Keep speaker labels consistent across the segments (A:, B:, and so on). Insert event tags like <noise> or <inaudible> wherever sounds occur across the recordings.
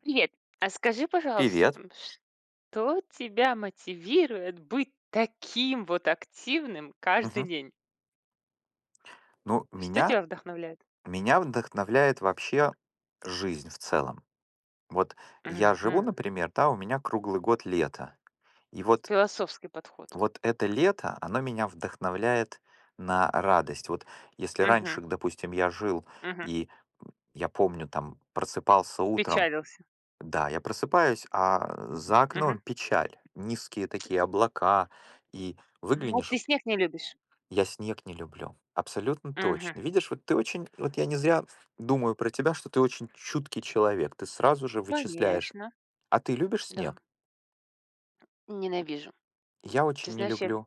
A: Привет. А скажи, пожалуйста,
B: Привет.
A: что тебя мотивирует быть таким вот активным каждый
B: Мгм.
A: день?
B: Ну,
A: Что
B: меня
A: тебя вдохновляет?
B: меня вдохновляет вообще жизнь в целом. Вот я живу,
A: Мгм.
B: например, да, у меня круглый год лето. И вот
A: Философский подход.
B: вот это лето, оно меня вдохновляет на радость. Вот если
A: Мгм.
B: раньше, допустим, я жил,
A: Мгм.
B: и я помню, там, просыпался утром,
A: Печалился.
B: да, я просыпаюсь, а за
A: Мгм.
B: окном печаль, низкие такие облака, и
A: А
B: выглянешь.
A: ты снег не любишь?
B: Я снег не люблю. Абсолютно
A: Мгм.
B: точно. Видишь, вот ты очень, вот я не зря думаю про тебя, что ты очень чуткий человек. Ты сразу же вычисляешь.
A: Конечно.
B: А ты любишь
A: Да.
B: снег?
A: Ненавижу.
B: Я
A: Ты
B: очень не
A: знаешь, я...
B: люблю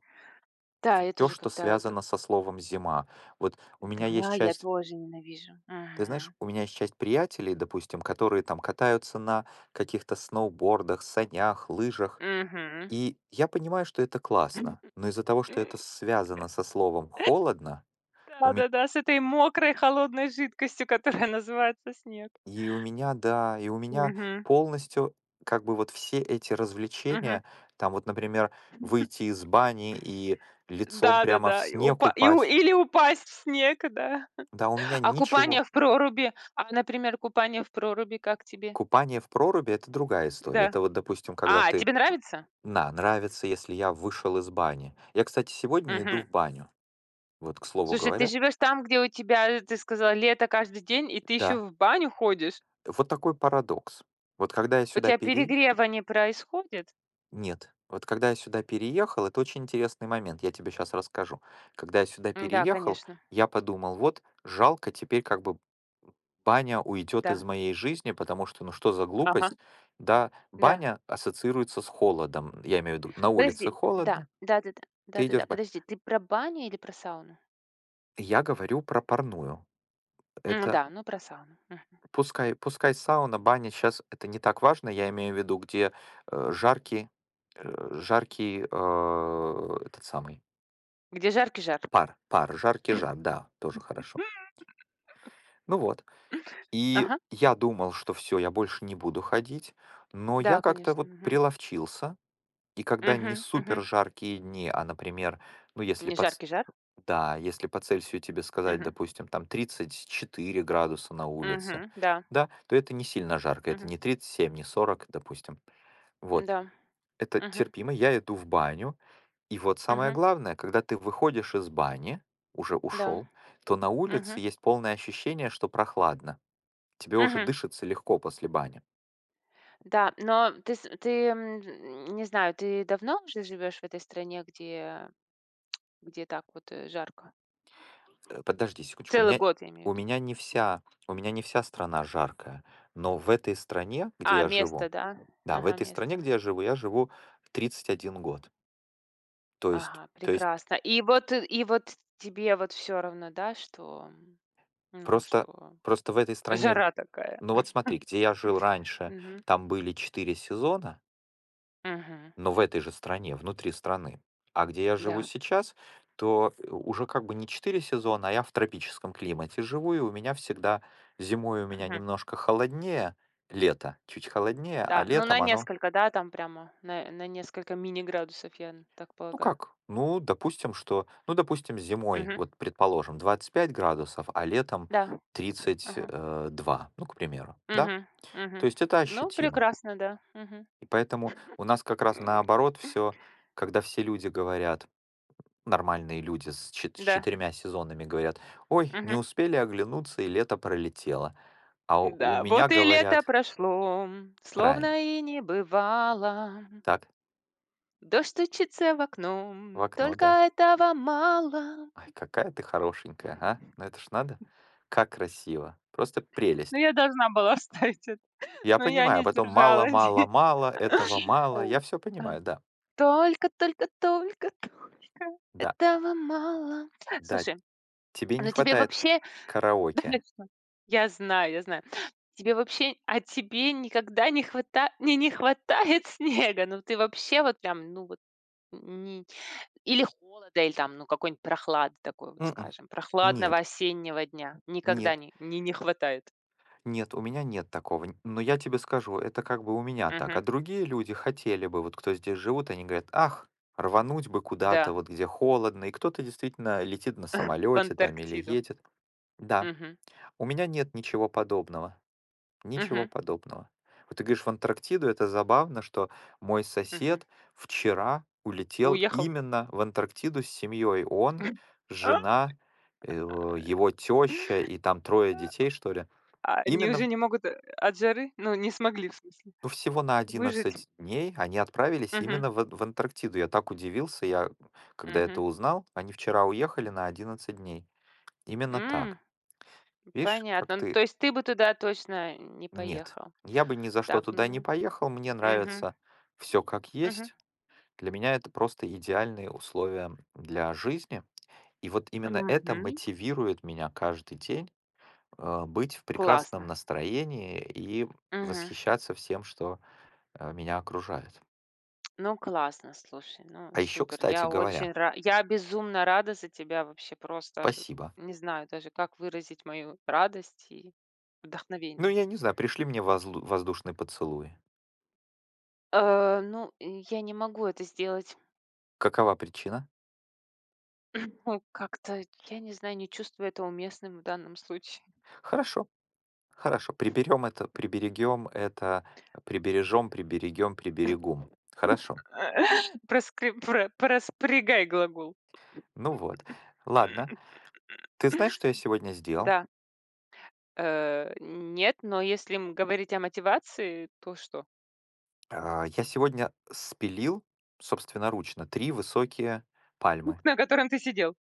A: Да, я
B: все,
A: тоже
B: что
A: когда...
B: связано со словом зима. Вот у меня есть
A: Да, я
B: часть,
A: тоже ненавижу.
B: ты знаешь,
A: Мгм.
B: у меня есть часть приятелей, допустим, которые там катаются на каких-то сноубордах, санях, лыжах.
A: Мгм.
B: И я понимаю, что это классно, но из-за того, что
A: М,
B: это связано со словом холодно, у меня
A: Да-да-да, с этой мокрой холодной жидкостью, которая <laughs> называется снег.
B: И у меня, да, и у меня
A: Мгм.
B: полностью как бы вот все эти
A: Мгм.
B: развлечения, там вот, например, выйти из бани и лицом прямо в
A: Да-да-да, и
B: снег
A: упа и у
B: упасть,
A: или упасть в снег, да.
B: да, у меня
A: А
B: ничего.
A: купание в проруби, а, например, купание в проруби как тебе?
B: Купание в проруби— это другая история.
A: Да.
B: Это вот, допустим, когда
A: А,
B: ты,
A: тебе нравится?
B: нравится, если я вышел из бани. Я, кстати, сегодня иду в
A: Мгм.
B: баню, вот, к слову
A: Слушай, ты
B: говоря.
A: живешь там, где у тебя, ты сказала, лето каждый день, и ты еще
B: Да,
A: в баню ходишь.
B: вот такой парадокс. Вот когда я
A: У
B: сюда
A: тебя
B: пере
A: перегрева не происходит?
B: Нет. Вот когда я сюда переехал, это очень интересный момент, я тебе сейчас расскажу. Когда я сюда
A: М-да,
B: переехал,
A: конечно.
B: я подумал: "Вот жалко, теперь как бы баня уйдет
A: Да.
B: из моей жизни, потому что, ну что за
A: Ага.
B: глупость?" Да,
A: Да.
B: баня ассоциируется с холодом. Я имею в виду, на улице
A: Подожди. Да.
B: холодно,
A: Да-да-да.
B: ты идешь
A: Да-да-да.
B: в баню.
A: Подожди, ты про баню или про сауну?
B: Я говорю про парную. Это
A: Да, ну про сауну. Мгм.
B: пускай сауна, баня сейчас это не так важно, я имею в виду, где, э, жаркий, жаркий, этот самый.
A: Где жаркий жар.
B: Пар пар, жаркий жар, да, тоже хорошо.
A: <laughs>
B: Ну вот, и
A: Ага.
B: я думал, что все, я больше не буду ходить, но я
A: Да,
B: как-то
A: конечно.
B: вот
A: Мгм.
B: приловчился, и когда не
A: Мгм, мгм.
B: супер жаркие дни, а, например, ну, если
A: Не
B: под, ц
A: жаркий жар.
B: да, если по Цельсию тебе сказать,
A: Мгм,
B: допустим, там 34 градуса на улице,
A: мгм, да,
B: да, то это не сильно жарко, это
A: мгм,
B: не 37, не 40, допустим. Вот,
A: да,
B: это
A: мгм,
B: терпимо. Я иду в баню. И вот самое
A: мгм,
B: главное, когда ты выходишь из бани, уже
A: да,
B: ушел, то на улице
A: мгм,
B: есть полное ощущение, что прохладно. Тебе уже
A: мгм.
B: дышится легко после бани.
A: Да, но ты с ты, м, не знаю, ты давно уже живешь в этой стране, где так вот, жарко?
B: Подожди секундочку,
A: Целый год, я имею
B: у
A: в виду.
B: меня не вся, у меня не вся страна жаркая, но в этой стране, где
A: А,
B: я
A: место,
B: живу,
A: да?
B: да, в
A: Ага,
B: этой стране,
A: место.
B: где я живу 31 год. То есть,
A: Ага,
B: то есть
A: прекрасно. И вот тебе вот все равно, да, что, ну,
B: просто,
A: что
B: просто в этой стране,
A: жара такая?
B: ну вот смотри, где я жил раньше,
A: Мгм,
B: там были 4 сезона.
A: мгм,
B: Но в этой же стране, внутри страны. А где я живу
A: да.
B: сейчас, уже как бы не 4 сезона, а я в тропическом климате живу, и у меня всегда зимой у меня немножко холоднее, лето чуть холоднее, а
A: Да, ну на
B: летом оно,
A: несколько, да, там прямо на несколько мини-градусов, я так
B: ну
A: полагаю.
B: как, ну допустим, что, ну допустим, зимой,
A: Мгм.
B: вот предположим, 25 градусов, а летом
A: Да. Ага.
B: 32, ну, к примеру, да?
A: Мгм.
B: То
A: Мгм.
B: есть это
A: Ну,
B: ощутимо.
A: прекрасно, да. Мгм.
B: И поэтому у нас как раз наоборот все, когда все люди говорят, нормальные люди с с
A: Да.
B: 4 сезонами говорят, ой, не
A: Мгм.
B: успели оглянуться, и лето пролетело. А у, у
A: Да,
B: меня
A: вот и лето
B: говорят,
A: прошло,
B: правильно,
A: словно и не бывало.
B: так,
A: Дождь стучится в окно,
B: в окно,
A: только
B: да.
A: этого мало.
B: Ай, какая ты хорошенькая, а? Ну это ж надо. Как красиво. Просто
A: Ну,
B: прелесть.
A: я должна была <laughs> вставить это,
B: Я
A: но я
B: понимаю,
A: не
B: а потом мало,
A: сдержалась.
B: мало,
A: <laughs>
B: мало, этого мало. Я все
A: Там
B: понимаю, да,
A: только
B: да,
A: этого мало.
B: да.
A: Слушай.
B: Тебе не
A: Но тебе
B: хватает
A: вообще <laughs>
B: караоке.
A: точно. Я знаю, я знаю. Тебе вообще, а тебе никогда не хватает <laughs> снега? Ну, ты вообще вот прям, ну вот, ни или холода, или там, ну, какой-нибудь прохлады такой вот,
B: Мгм.
A: скажем, прохладного
B: Нет,
A: осеннего дня никогда
B: нет.
A: не хватает?
B: Нет, у меня нет такого. Но я тебе скажу, это как бы у меня так.
A: Мгм.
B: А другие люди хотели бы, вот кто здесь живут, они говорят, ах, рвануть бы куда-то,
A: Да,
B: вот где холодно, и кто-то действительно летит на
A: в
B: самолете там или
A: Антарктиду.
B: едет. Да,
A: Мгм.
B: у меня нет ничего подобного. Ничего
A: Мгм.
B: подобного. Вот ты говоришь, в Антарктиду это забавно, что мой
A: Мгм.
B: сосед вчера улетел
A: Уехал.
B: именно в Антарктиду с семьей. Он, жена, его теща
A: <laughs>
B: и там трое детей, что ли.
A: А они уже
B: Именно
A: не могут, от жары? Ну, не смогли, в смысле,
B: Ну, всего на
A: выжить?
B: 11 дней они отправились
A: Мгм.
B: именно в Антарктиду. Я так удивился, когда
A: Мгм.
B: это узнал. Они вчера уехали на 11 дней. Именно
A: М.
B: так. Видишь, как
A: Понятно. Ну,
B: ты...
A: то есть ты бы туда точно не
B: Нет.
A: поехал.
B: Я бы ни за что
A: Так,
B: туда не
A: ну,
B: поехал. Мне
A: мгм,
B: нравится все как
A: мгм,
B: есть. Для меня это просто идеальные условия для жизни. И вот именно это
A: мгм.
B: мотивирует меня каждый день быть в прекрасном
A: Классно.
B: настроении и
A: Мгм.
B: восхищаться всем, что меня окружает.
A: Ну, классно, слушай, ну,
B: А еще,
A: супер.
B: кстати
A: Я очень
B: говоря.
A: ра я безумно рада за тебя вообще, просто
B: Спасибо.
A: не знаю даже, как выразить мою радость и
B: Ну,
A: вдохновение.
B: я не знаю, пришли мне воздушные поцелуи.
A: Ну, и я не могу это сделать.
B: Какова причина?
A: <clears throat> Ну, как-то, я не знаю, не чувствую это уместным в данном случае.
B: Хорошо, хорошо. Приберем это, приберегем это, прибережем, приберегем, приберегум. Хорошо.
A: <laughs> Проскри про проспрягай глагол.
B: Ну вот. Ладно.
A: <clears throat> <laughs>
B: Ты знаешь, что я сегодня сделал?
A: Да. Нет, но если, говорить о мотивации, то что?
B: Я сегодня спилил собственноручно три высокие
A: Ух,
B: пальмы.
A: на котором ты сидел.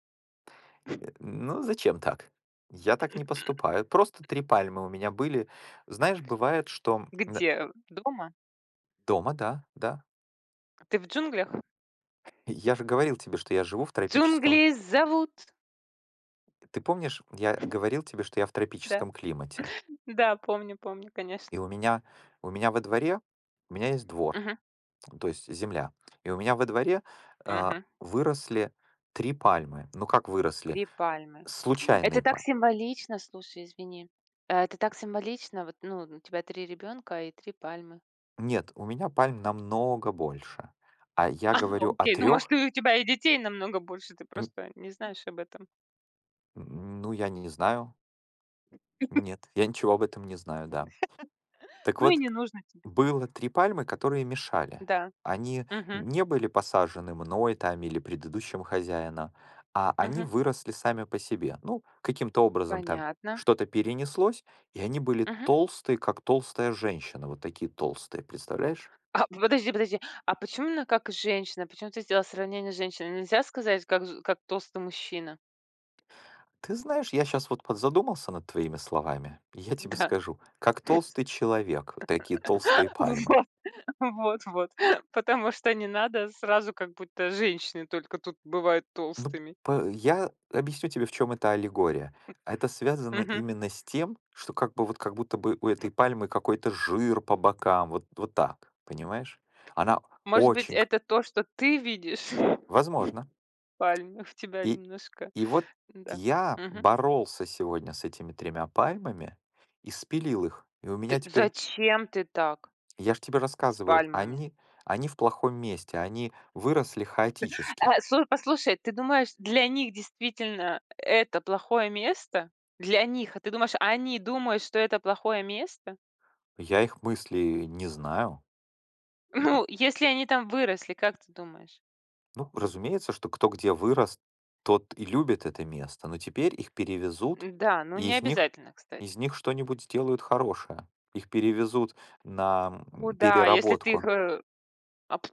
B: Ну, зачем так? Я так не поступаю. Просто три пальмы у меня были. Знаешь, бывает, что
A: Где? Дома?
B: дома, да, да.
A: Ты в джунглях?
B: Я же говорил тебе, что я живу в тропическом.
A: Джунгли зовут.
B: Ты помнишь, я говорил тебе, что я в
A: Да,
B: тропическом климате.
A: да, помню, помню,
B: И
A: конечно.
B: у меня во дворе, у меня есть двор,
A: Мгм,
B: то есть земля. И у меня во дворе
A: мгм.
B: выросли три пальмы. Ну как выросли?
A: Три пальмы. Это
B: Случайные
A: так
B: пальмы.
A: символично, слушай, извини. Это так символично. Вот, ну, у тебя 3 ребенка и 3 пальмы.
B: Нет, у меня пальм намного больше. А я
A: <laughs> А,
B: говорю о
A: окей, ну, может, и
B: трех,
A: у тебя и детей намного больше, ты просто не знаешь об этом.
B: ну я не знаю. Нет, я ничего об этом не знаю, да. Так
A: Ну и
B: вот,
A: не нужно тебе.
B: было 3 пальмы, которые мешали.
A: Да.
B: Они
A: Мгм,
B: не были посажены мной там или предыдущим хозяином, а они
A: мгм.
B: выросли сами по себе. Ну, каким-то образом там
A: Понятно.
B: что-то перенеслось, и они были
A: Мгм.
B: толстые, как толстая женщина. Вот такие толстые, представляешь?
A: А, подожди, подожди. А почему именно как женщина? Почему ты сделала сравнение с женщиной? Нельзя сказать, как толстый мужчина?
B: Ты знаешь, я сейчас вот подзадумался над твоими словами. Я тебе
A: Да,
B: скажу, как толстый человек, вот такие толстые
A: <laughs>
B: пальмы.
A: вот, вот, вот. Потому что не надо сразу, как будто женщины только тут бывают
B: Ну,
A: толстыми.
B: по я объясню тебе, в чем эта аллегория. Это связано
A: Мгм.
B: именно с тем, что как бы вот как будто бы у этой пальмы какой-то жир по бокам, вот вот так, понимаешь? Она
A: Может быть,
B: очень к
A: это то, что ты видишь <laughs> пальмы
B: Возможно.
A: в тебя
B: И
A: немножко,
B: и вот
A: да.
B: я
A: Мгм.
B: боролся сегодня с этими тремя пальмами и спилил их. И у
A: Ты
B: меня теперь.
A: зачем ты так
B: Я ж тебе
A: с
B: рассказываю,
A: пальмами?
B: они в плохом месте, они выросли хаотически.
A: А, слу послушай, ты думаешь, для них действительно это плохое место? Для них. А ты думаешь, они думают, что это плохое место? <laughs>
B: Я их мысли не знаю.
A: Ну, если они там выросли, как ты думаешь?
B: Ну, разумеется, что кто где вырос, тот и любит это место, но теперь их перевезут,
A: Да, ну
B: и
A: не
B: из них,
A: обязательно,
B: из
A: кстати.
B: них что-нибудь сделают хорошее. Их перевезут на
A: Куда, если ты их,
B: переработку.
A: э, об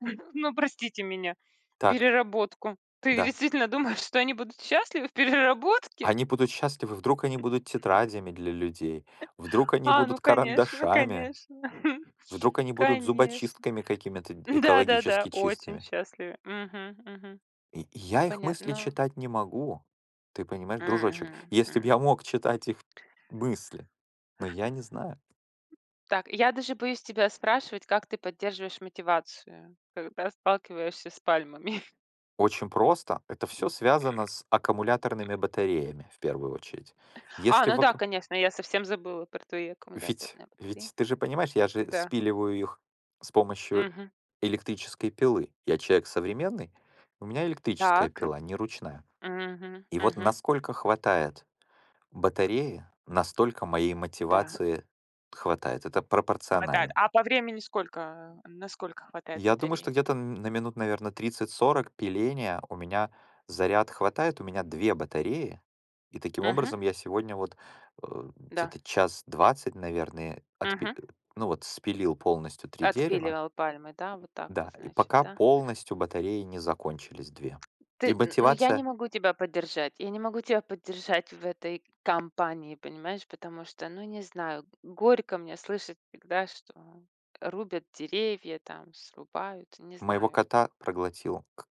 A: <laughs> ну, простите меня,
B: Так,
A: переработку. Ты
B: да.
A: действительно думаешь, что они будут счастливы в переработке?
B: Они будут счастливы, вдруг они будут тетрадями для людей, вдруг они
A: А, ну
B: будут
A: конечно,
B: карандашами,
A: конечно. <laughs>
B: вдруг они будут
A: Конечно.
B: зубочистками какими-то
A: Да-да-да,
B: экологически
A: очень
B: чистыми.
A: счастливы. Мгм, мгм.
B: И я их мысли
A: Понятно.
B: читать не могу. Ты понимаешь, дружочек,
A: Мгм,
B: если бы
A: м.
B: я мог читать их мысли, но я не знаю.
A: Так, я даже боюсь тебя спрашивать, как ты поддерживаешь мотивацию, когда сталкиваешься с пальмами. <laughs>
B: Очень просто. Это все связано с аккумуляторными батареями, в первую очередь.
A: А,
B: Если
A: ну
B: в
A: да,
B: аку
A: конечно, я совсем забыла про твои
B: ведь
A: аккумуляторные батареи.
B: ведь ты же понимаешь, я же
A: Да.
B: спиливаю их с помощью
A: Мгм.
B: электрической пилы. Я человек современный, у меня электрическая
A: Так.
B: пила, не ручная.
A: Мгм,
B: И вот
A: мгм.
B: насколько хватает батареи, настолько моей
A: Да,
B: мотивации хватает. Это
A: хватает.
B: пропорционально.
A: А по времени сколько, насколько хватает
B: Я думаю,
A: батареи?
B: что где-то на минут, наверное, 30-40 пиления у меня заряд хватает, у меня две батареи, и таким
A: Мгм,
B: образом я сегодня вот
A: да.
B: где-то час 20, наверное,
A: Мгм.
B: ну вот спилил полностью три дерева,
A: Отпиливал пальмы, да, вот так вот,
B: да, и
A: значит,
B: пока
A: да?
B: полностью батареи не закончились две.
A: Ты,
B: И
A: н ну, я не
B: мотивация
A: могу тебя поддержать. Я не могу тебя поддержать в этой кампании, понимаешь? Потому что, ну, не знаю, горько мне слышать всегда, что рубят деревья, там, срубают, не
B: моего
A: знаю.
B: кота проглотил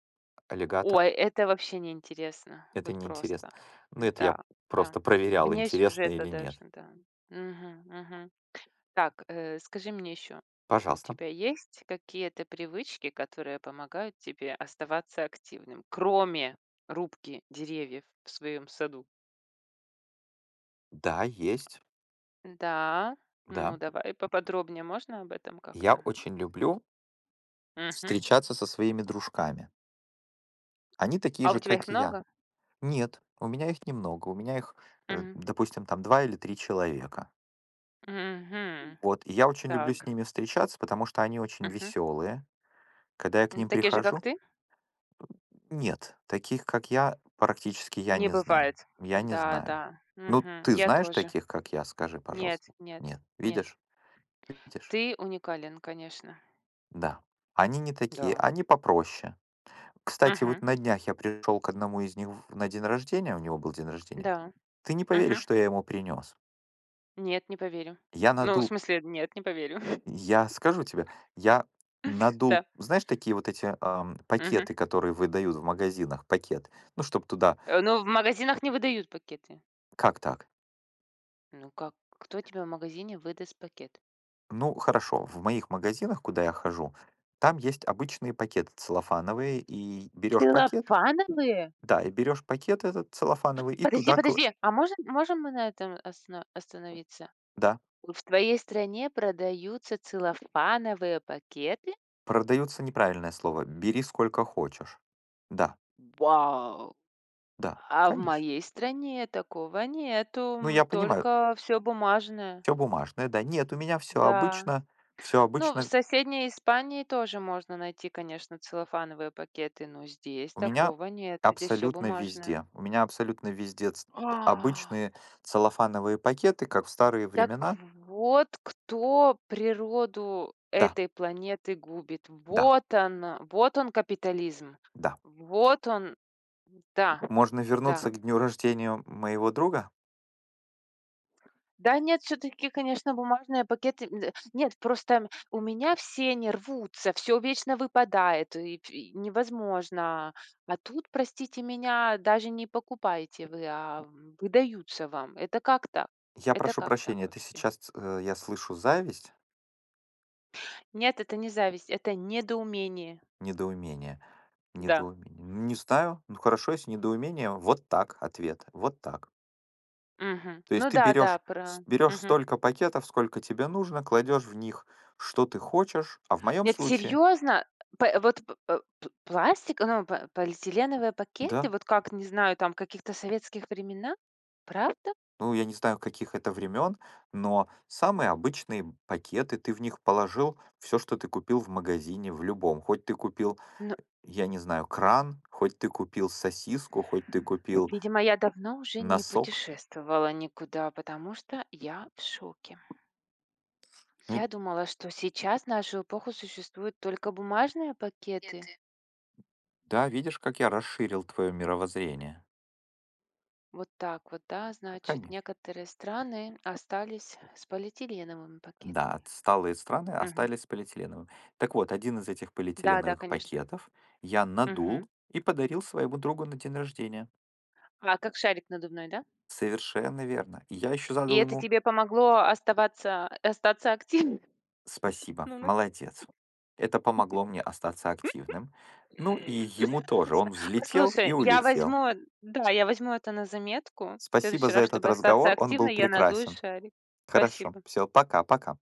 B: аллигатор,
A: Ой, это вообще неинтересно,
B: это
A: вот
B: неинтересно.
A: просто.
B: Ну это
A: Да,
B: я
A: да.
B: просто проверял,
A: Вне
B: интересно
A: сюжета
B: или
A: даже,
B: нет.
A: да. Мгм, мгм. Так, скажи мне еще, у
B: Пожалуйста.
A: тебя есть какие-то привычки, которые помогают тебе оставаться активным, кроме рубки деревьев в своем саду?
B: Да, есть,
A: Да, ну
B: да.
A: давай поподробнее можно об этом
B: Я
A: как-то?
B: очень люблю
A: Мгм.
B: встречаться со своими дружками. Они такие
A: А у
B: же,
A: тебя их
B: как и я.
A: много?
B: Нет, у меня их немного. У меня их,
A: Мгм.
B: допустим, там два или три человека.
A: Мгм.
B: Вот, и я очень люблю с
A: Так.
B: ними встречаться, потому что они очень
A: Мгм.
B: веселые. Когда я к ним
A: Такие же, как
B: прихожу,
A: ты?
B: нет, таких, как я, практически я
A: Не
B: не знаю.
A: бывает.
B: Я не
A: Да,
B: знаю.
A: да.
B: Ну,
A: Мгм.
B: ты
A: Я
B: знаешь
A: тоже.
B: таких, как я, скажи,
A: Нет,
B: пожалуйста.
A: нет,
B: Нет,
A: нет.
B: видишь? Видишь?
A: Ты уникален, конечно.
B: Да. Они не такие,
A: Да.
B: они попроще. Кстати, вот
A: Мгм.
B: на днях я пришел к одному из них на день рождения, у него был день рождения.
A: Да.
B: Ты не поверишь,
A: Мгм.
B: что я ему принес.
A: Нет, не поверю.
B: Я
A: Ну, в
B: надул,
A: смысле, нет, не поверю. <laughs>
B: я скажу тебе, я надул,
A: Да.
B: знаешь, такие вот эти
A: Мгм.
B: пакеты, которые выдают в магазинах, пакет, ну, чтобы туда.
A: Ну, в магазинах не выдают пакеты.
B: Как так?
A: Ну как? Кто тебе в магазине выдаст пакет?
B: Ну, хорошо, в моих магазинах, куда я хожу, там есть обычные пакеты целлофановые, и берешь пакет,
A: Целлофановые?
B: да, и берешь пакет этот целлофановый, и
A: Подожди,
B: туда.
A: подожди, а можем мы на этом осно остановиться?
B: Да,
A: В твоей стране продаются целлофановые пакеты?
B: продаются неправильное слово, бери сколько хочешь, да.
A: Вау!
B: Да,
A: А в
B: конечно.
A: моей стране такого нету,
B: Ну, я понимаю,
A: только все бумажное.
B: все бумажное, да. Нет, у меня все
A: Да.
B: обычно, все
A: Ну, в
B: обычно.
A: соседней Испании тоже можно найти, конечно, целлофановые пакеты, но здесь
B: У меня
A: такого нет, здесь все
B: абсолютно
A: бумажное.
B: везде. У меня абсолютно везде ц
A: А.
B: обычные целлофановые пакеты, как в старые
A: Так
B: времена.
A: вот, кто природу
B: Да,
A: этой планеты губит.
B: да,
A: Вот он капитализм.
B: да.
A: Вот он, да,
B: Можно
A: да.
B: вернуться к дню рождения моего друга.
A: Да нет, все таки конечно, бумажные пакеты, м, д нет, просто у меня все они рвутся, всё вечно выпадает, и невозможно. А тут, простите меня, даже не покупаете вы, а выдаются вам. Это как так?
B: Я
A: Это
B: прошу
A: как так
B: прощения, это
A: вообще?
B: сейчас, я слышу зависть,
A: Нет, это не зависть, это недоумение.
B: недоумение,
A: Да.
B: недоумение. Не знаю, ну хорошо, если недоумение, вот так ответ, вот так.
A: Мгм.
B: То есть
A: Ну
B: ты
A: да, да,
B: берешь с
A: про.
B: берёшь
A: Мгм.
B: столько пакетов, сколько тебе нужно, кладешь в них, что ты хочешь. А в моем
A: Нет,
B: случае,
A: серьезно? П э, вот п э, п пластик, ну, п полиэтиленовые пакеты,
B: да,
A: вот как, не знаю, там, каких-то советских времена? Правда?
B: ну, я не знаю, каких это времен, но самые обычные пакеты, ты в них положил все, что ты купил в магазине, в любом. Хоть ты купил,
A: Ну,
B: я не знаю, кран, хоть ты купил сосиску, хоть ты купил
A: видимо, я давно уже не
B: носок.
A: путешествовала никуда, потому что я в шоке.
B: Ну
A: Я думала, что сейчас, в нашу эпоху, существуют только бумажные пакеты.
B: да, видишь, как я расширил твое мировоззрение?
A: Вот так вот, да, значит,
B: Конечно.
A: некоторые страны остались с полиэтиленовыми
B: Да,
A: пакетами.
B: отсталые страны
A: Мгм.
B: остались с полиэтиленовым. Так вот, один из этих
A: Да-да,
B: полиэтиленовых
A: конечно.
B: пакетов я надул
A: Мгм.
B: и подарил своему другу на день рождения.
A: А, как шарик надувной, да?
B: Совершенно верно. И я еще
A: И
B: задал
A: это
B: ему
A: тебе помогло оставаться остаться активным? <laughs>
B: спасибо,
A: Ну ну.
B: молодец. Это помогло мне остаться активным. Ну и ему тоже.
A: С
B: Он
A: <laughs>
B: взлетел и
A: Послушай, я
B: улетел.
A: возьму, да, я возьму это на заметку. В
B: Спасибо
A: следующий
B: за
A: раз,
B: этот
A: чтобы остаться
B: разговор, он был
A: активной, я надую
B: прекрасен.
A: шарик.
B: Хорошо,
A: Спасибо.
B: все, пока-пока.